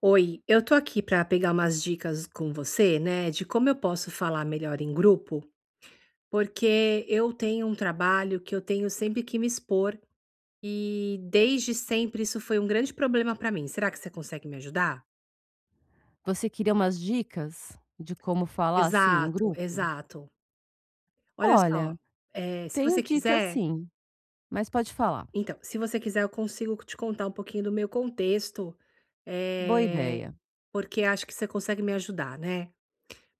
Oi, eu tô aqui para pegar umas dicas com você, né, de como eu posso falar melhor em grupo, porque eu tenho um trabalho que eu tenho sempre que me expor e desde sempre isso foi um grande problema para mim. Será que você consegue me ajudar? Você queria umas dicas de como falar, assim, em Exato, grupo? exato. Olha só, Olha, se tenho você dicas quiser, sim, mas pode falar. então, se você quiser, eu consigo te contar um pouquinho do meu contexto, Boa eh, ideia. porque acho que você consegue me ajudar, né?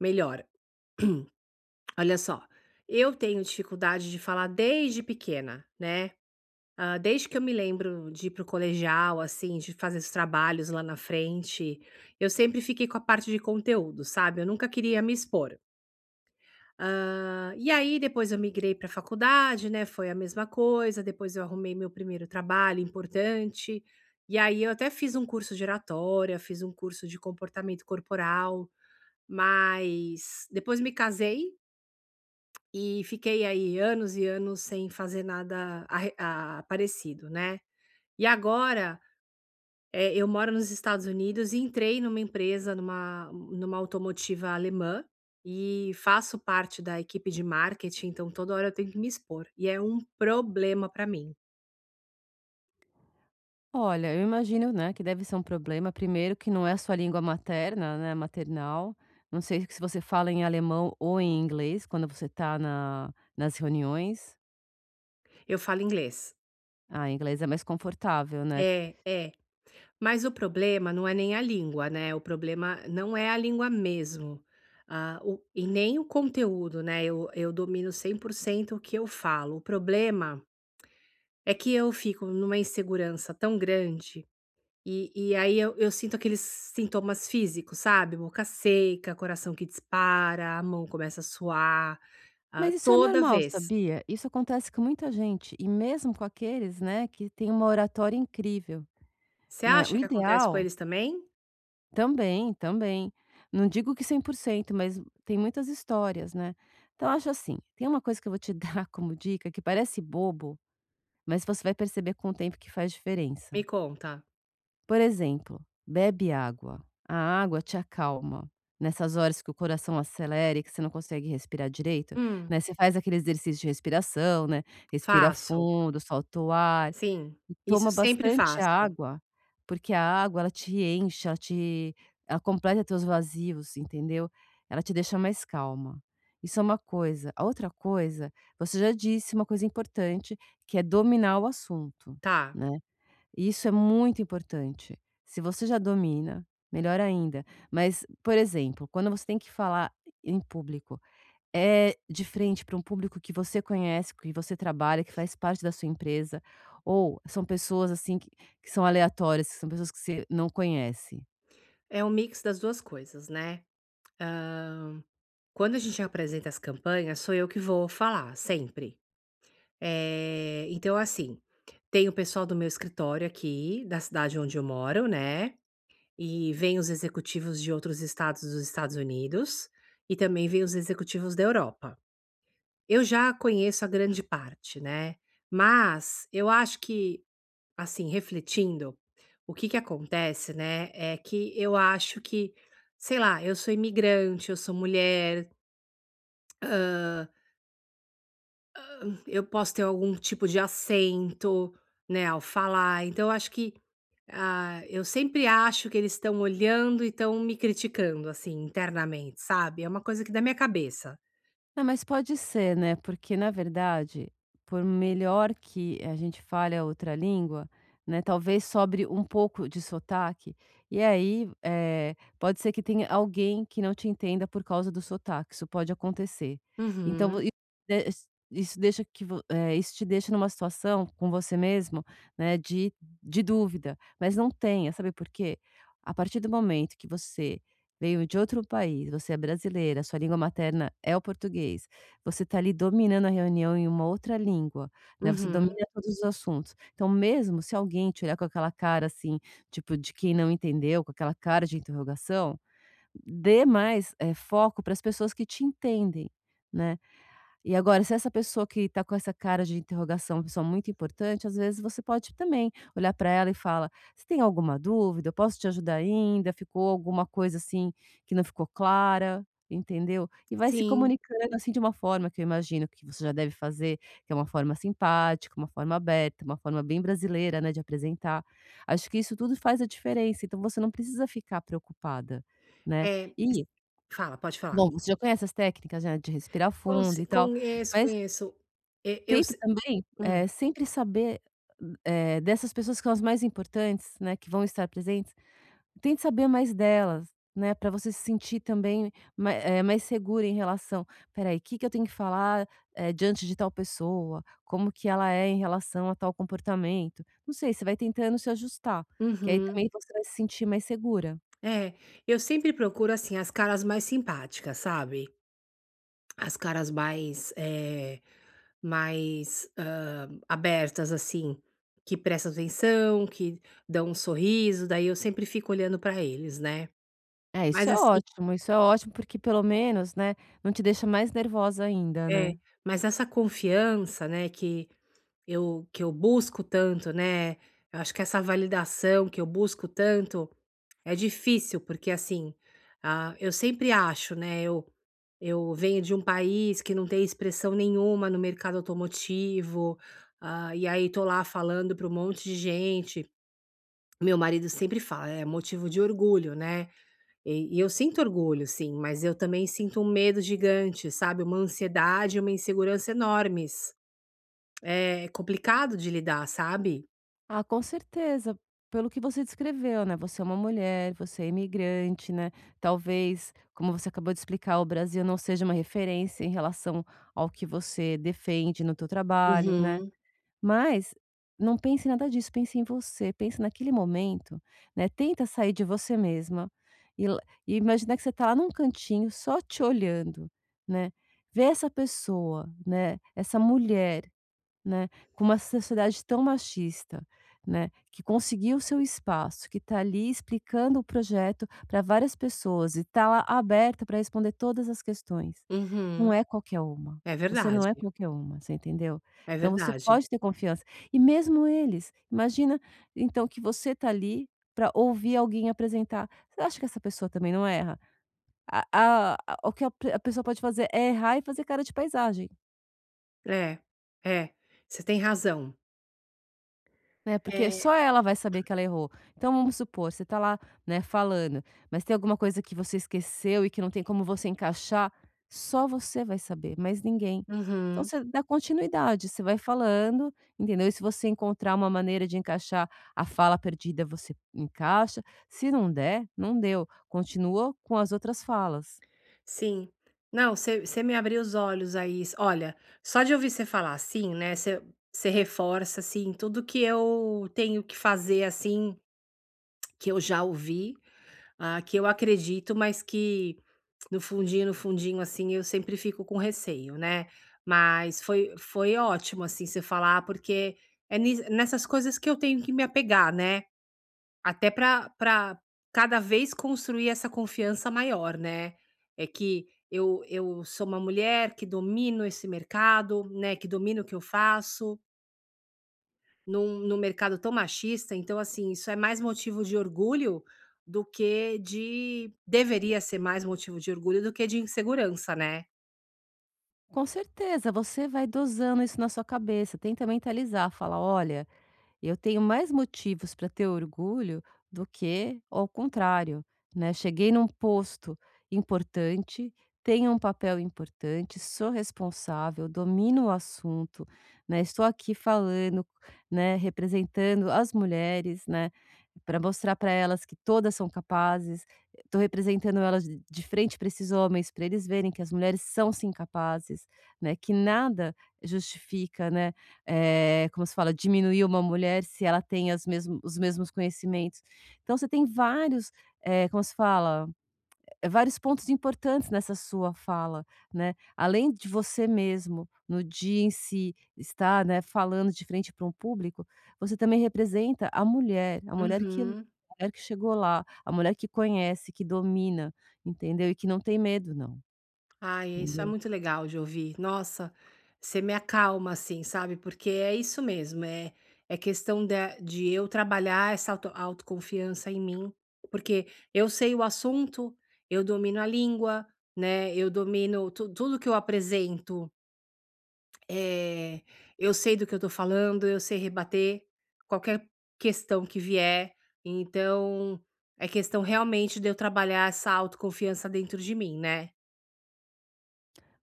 Melhor. Olha só, eu tenho dificuldade de falar desde pequena, né? Ah, desde que eu me lembro de ir pro colegial, assim, de fazer os trabalhos lá na frente, eu sempre fiquei com a parte de conteúdo, sabe? Eu nunca queria me expor. Ah, e aí depois eu migrei para faculdade, né? Foi a mesma coisa. Depois eu arrumei meu primeiro trabalho importante. E aí eu até fiz um curso de oratória, fiz um curso de comportamento corporal, mas depois me casei e fiquei aí anos e anos sem fazer nada parecido, né. E agora, eu moro nos Estados Unidos e entrei numa empresa, numa automotiva alemã, e faço parte da equipe de marketing, então toda hora eu tenho que me expor, e é um problema para mim. Olha, eu imagino, né, que deve ser um problema, primeiro que não é sua língua materna, né, maternal. Não sei se você fala em alemão ou em inglês quando você está na nas reuniões. Eu falo inglês. Ah, inglês é mais confortável, né. É, é. Mas o problema não é nem a língua, né, o problema não é a língua mesmo, ah, o e nem o conteúdo, né, eu domino 100% o que eu falo. O problema é que eu fico numa insegurança tão grande, e aí eu sinto aqueles sintomas físicos, sabe, boca seca, coração que dispara, a mão começa a suar, ah, Mas isso é toda normal, vez. sabia? Isso acontece com muita gente, e mesmo com aqueles, né, que têm uma oratória incrível, Você né. O acha que acontece com ideal eles também? também, também. Não digo que cem por cento, mas tem muitas histórias, né. Então acho assim, tem uma coisa que eu vou te dar como dica que parece bobo, mas você vai perceber com o tempo que faz diferença. Me conta. Por exemplo, bebe água. A água te acalma. Nessas horas que o coração acelera e que você não consegue respirar direito, Hum, né, você faz aquele exercício de respiração, né, respira faço. fundo, solta o ar, Sim, e isso toma sempre bastante faço. água, porque a água, ela te enche, ela te ela completa teus vazios, entendeu? Ela te deixa mais calma. Isso é uma coisa. A outra coisa, você já disse uma coisa importante, que é dominar o assunto, Tá. né? E isso é muito importante. Se você já domina, melhor ainda. Mas, por exemplo, quando você tem que falar em público, é de frente para um público que você conhece, que você trabalha, que faz parte da sua empresa, ou são pessoas, assim, que são aleatórias, que são pessoas que você não conhece? É um mix das 2 coisas, né. Hã, quando a gente apresenta as campanhas, sou eu que vou falar, sempre. Então assim, tem o pessoal do meu escritório aqui, da cidade onde eu moro, né, e vêm os executivos de outros estados dos Estados Unidos, e também vêm os executivos da Europa. Eu já conheço a grande parte, né, mas eu acho que, assim, refletindo, o que que acontece, né, é que eu acho que, sei lá, eu sou imigrante, eu sou mulher, hã, eu posso ter algum tipo de acento, né, ao falar, então eu acho que, ah, eu sempre acho que eles estão olhando e estão me criticando, assim, internamente, sabe, é uma coisa que dá minha cabeça. Não, mas pode ser, né, porque na verdade, por melhor que a gente fale a outra língua, né, talvez sobre um pouco de sotaque, e aí, pode ser que tenha alguém que não te entenda por causa do sotaque, isso pode acontecer. Então vo Uhum, i des isso deixa que isso te deixa numa situação com você mesmo, né, de dúvida, mas não tenha, sabe por quê? A partir do momento que você veio de outro país, você é brasileira, sua língua materna é o português, você está ali dominando a reunião em uma outra língua, né, você uhum. domina todos os assuntos. Então mesmo se alguém te olhar com aquela cara, assim, tipo, de quem não entendeu, com aquela cara de interrogação, dê mais, foco para as pessoas que te entendem, né. E agora, se essa pessoa que está com essa cara de interrogação é uma pessoa muito importante, às vezes você pode também olhar para ela e fala: "Você tem alguma dúvida? Eu posso te ajudar ainda? Ficou alguma coisa, assim, que não ficou clara?", entendeu? E vai se Sim, comunicando, assim, de uma forma que eu imagino que você já deve fazer, que é uma forma simpática, uma forma aberta, uma forma bem brasileira, né, de apresentar. Acho que isso tudo faz a diferença, então você não precisa ficar preocupada, né. é, E, fala, pode falar. bom, você já conhece as técnicas, né, de respirar fundo Conse e tal, conheço, mas conheço. E eu tento se também, hum, sempre saber, dessas pessoas que são as mais importantes, né, que vão estar presentes, tente saber mais delas, né, para você se sentir também mais segura em relação: "Espera aí, que eu tenho que falar, diante de tal pessoa? Como que ela é em relação a tal comportamento?". Não sei, você vai tentando se ajustar, que aí uhum. também você vai se sentir mais segura. É, eu sempre procuro, assim, as caras mais simpáticas, sabe? As caras mais, mais, abertas, assim, que prestam atenção, que dão um sorriso, daí eu sempre fico olhando pra eles, né. É, Mas assim isso é ótimo, porque pelo menos, né, não te deixa mais nervosa ainda, é, né. mas essa confiança, né, que eu busco tanto, né, eu acho que essa validação que eu busco tanto, é difícil, porque assim, ah, eu sempre acho, né, eu venho de um país que não tem expressão nenhuma no mercado automotivo, ah, e aí tô lá falando para um monte de gente. Meu marido sempre fala: "É motivo de orgulho", né, e eu sinto orgulho sim, mas eu também sinto um medo gigante, sabe, uma ansiedade uma insegurança enormes. É complicado de lidar, sabe? Ah, com certeza. Pelo que você descreveu, né, você é uma mulher, você é imigrante, né, talvez, como você acabou de explicar, o Brasil não seja uma referência em relação ao que você defende no teu trabalho, né, Uhum, mas não pense em nada disso, pense em você, pense naquele momento, né, tenta sair de você mesma e l e imaginar que você tá lá num cantinho só te olhando, né. Vê essa pessoa, né, essa mulher, né, com uma sociedade tão machista, né, que conseguiu seu espaço, que está ali explicando o projeto para várias pessoas e está lá aberta para responder todas as questões. uhum. Não é qualquer uma, É você não é verdade, qualquer uma, você entendeu? é Então você verdade. pode ter confiança. E mesmo eles, imagina então que você está ali para ouvir alguém apresentar. Você acha que essa pessoa também não erra? A o que a pessoa pode fazer é errar e fazer cara de paisagem. É, é, você tem razão. Né, porque É. só ela vai saber que ela errou. Então vamos supor, você tá lá, né, falando, mas tem alguma coisa que você esqueceu e que não tem como você encaixar, só você vai saber, mas ninguém. Então Uhum, você dá continuidade, você vai falando, entendeu? E se você encontrar uma maneira de encaixar a fala perdida, você encaixa, se não der, não deu, continua com as outras falas. sim. Não, você me abriu os olhos aí. Olha, só de ouvir você falar assim, né, você reforça, assim, tudo que eu tenho que fazer, assim. Que eu já ouvi, ah, que eu acredito, mas que no fundinho, no fundinho, assim, eu sempre fico com receio, né. Mas foi ótimo, assim, você falar, porque é nis nessas coisas que eu tenho que me apegar, né, até para cada vez construir essa confiança maior, né. É que eu sou uma mulher que domino esse mercado, né, que domino o que eu faço num mercado tão machista, então, assim, isso é mais motivo de orgulho do que de deveria ser mais motivo de orgulho do que de insegurança, né. Com certeza, você vai dosando isso na sua cabeça, tenta mentalizar, fala: "Olha, eu tenho mais motivos para ter orgulho do que ao contrário, né. Cheguei num posto importante, tenho um papel importante, sou responsável, domino o assunto, né, estou aqui falando, né, representando as mulheres, né, para mostrar para elas que todas são capazes. Estou representando elas de frente para esses homens, para eles verem que as mulheres são sim capazes, né, que nada justifica, né, como se fala? Diminuir uma mulher se ela tem as mesmo os mesmos conhecimentos. Então você tem vários, como se fala? É, vários pontos importantes nessa sua fala, né. Além de você mesmo, no dia em si, estar, né, falando de frente para um público, você também representa a mulher que luta, Uhum. a mulher que chegou lá, a mulher que conhece, que domina, entendeu? E que não tem medo não, Ai, isso é entendeu? muito legal de ouvir. Nossa, você me acalma, assim, sabe, porque é isso mesmo, é questão da de eu trabalhar essa autoconfiança em mim, porque eu sei o assunto, eu domino a língua, né, eu domino tu tudo que eu apresento. Eh, eu sei do que eu tô falando, eu sei rebater qualquer questão que vier, então é questão realmente de eu trabalhar essa autoconfiança dentro de mim, né.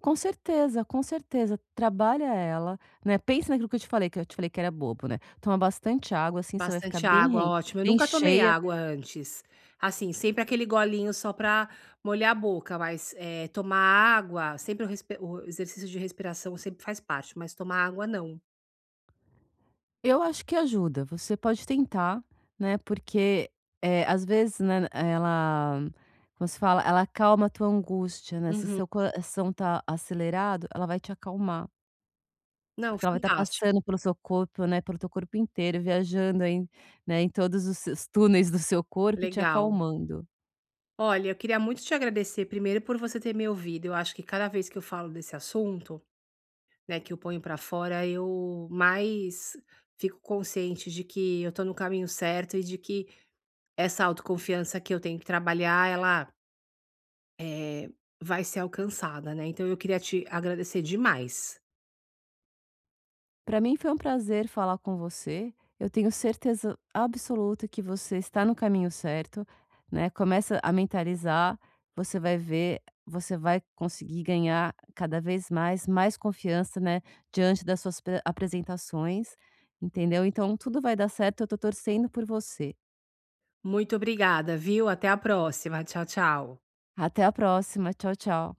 Com certeza, com certeza. Trabalha ela, né, pensa naquilo que eu te falei, que eu te falei que era bobo, né. Toma bastante água, assim, você vai ficar Bastante água, ótimo. Eu bem nunca tomei cheia. água antes, assim, sempre aquele golinho só pra molhar a boca, mas, tomar água, sempre o respi o exercício de respiração sempre faz parte, mas tomar água não. Eu acho que ajuda, você pode tentar, né, porque, às vezes, né, ela como se fala? Ela acalma a tua angústia, né, se Uhum. seu coração tá acelerado, ela vai te acalmar, Não, porque ela vai estar fantástico, passando pelo seu corpo, né, pelo teu corpo inteiro, viajando em, né, em todos os seus túneis do seu corpo e te legal. acalmando. Olha, eu queria muito te agradecer primeiro por você ter me ouvido. Eu acho que cada vez que eu falo desse assunto, né, que eu ponho pra fora, eu mais fico consciente de que eu tô no caminho certo e de que essa autoconfiança que eu tenho que trabalhar, ela eh, vai ser alcançada, né? Então eu queria te agradecer demais. Para mim foi um prazer falar com você. Eu tenho certeza absoluta que você está no caminho certo, né. Começa a mentalizar, você vai ver, você vai conseguir ganhar cada vez mais, mais confiança, né, diante das suas pre apresentações, entendeu. Então tudo vai dar certo, eu estou torcendo por você. Muito obrigada, viu? Até a próxima. Tchau, tchau. Até a próxima, tchau, tchau.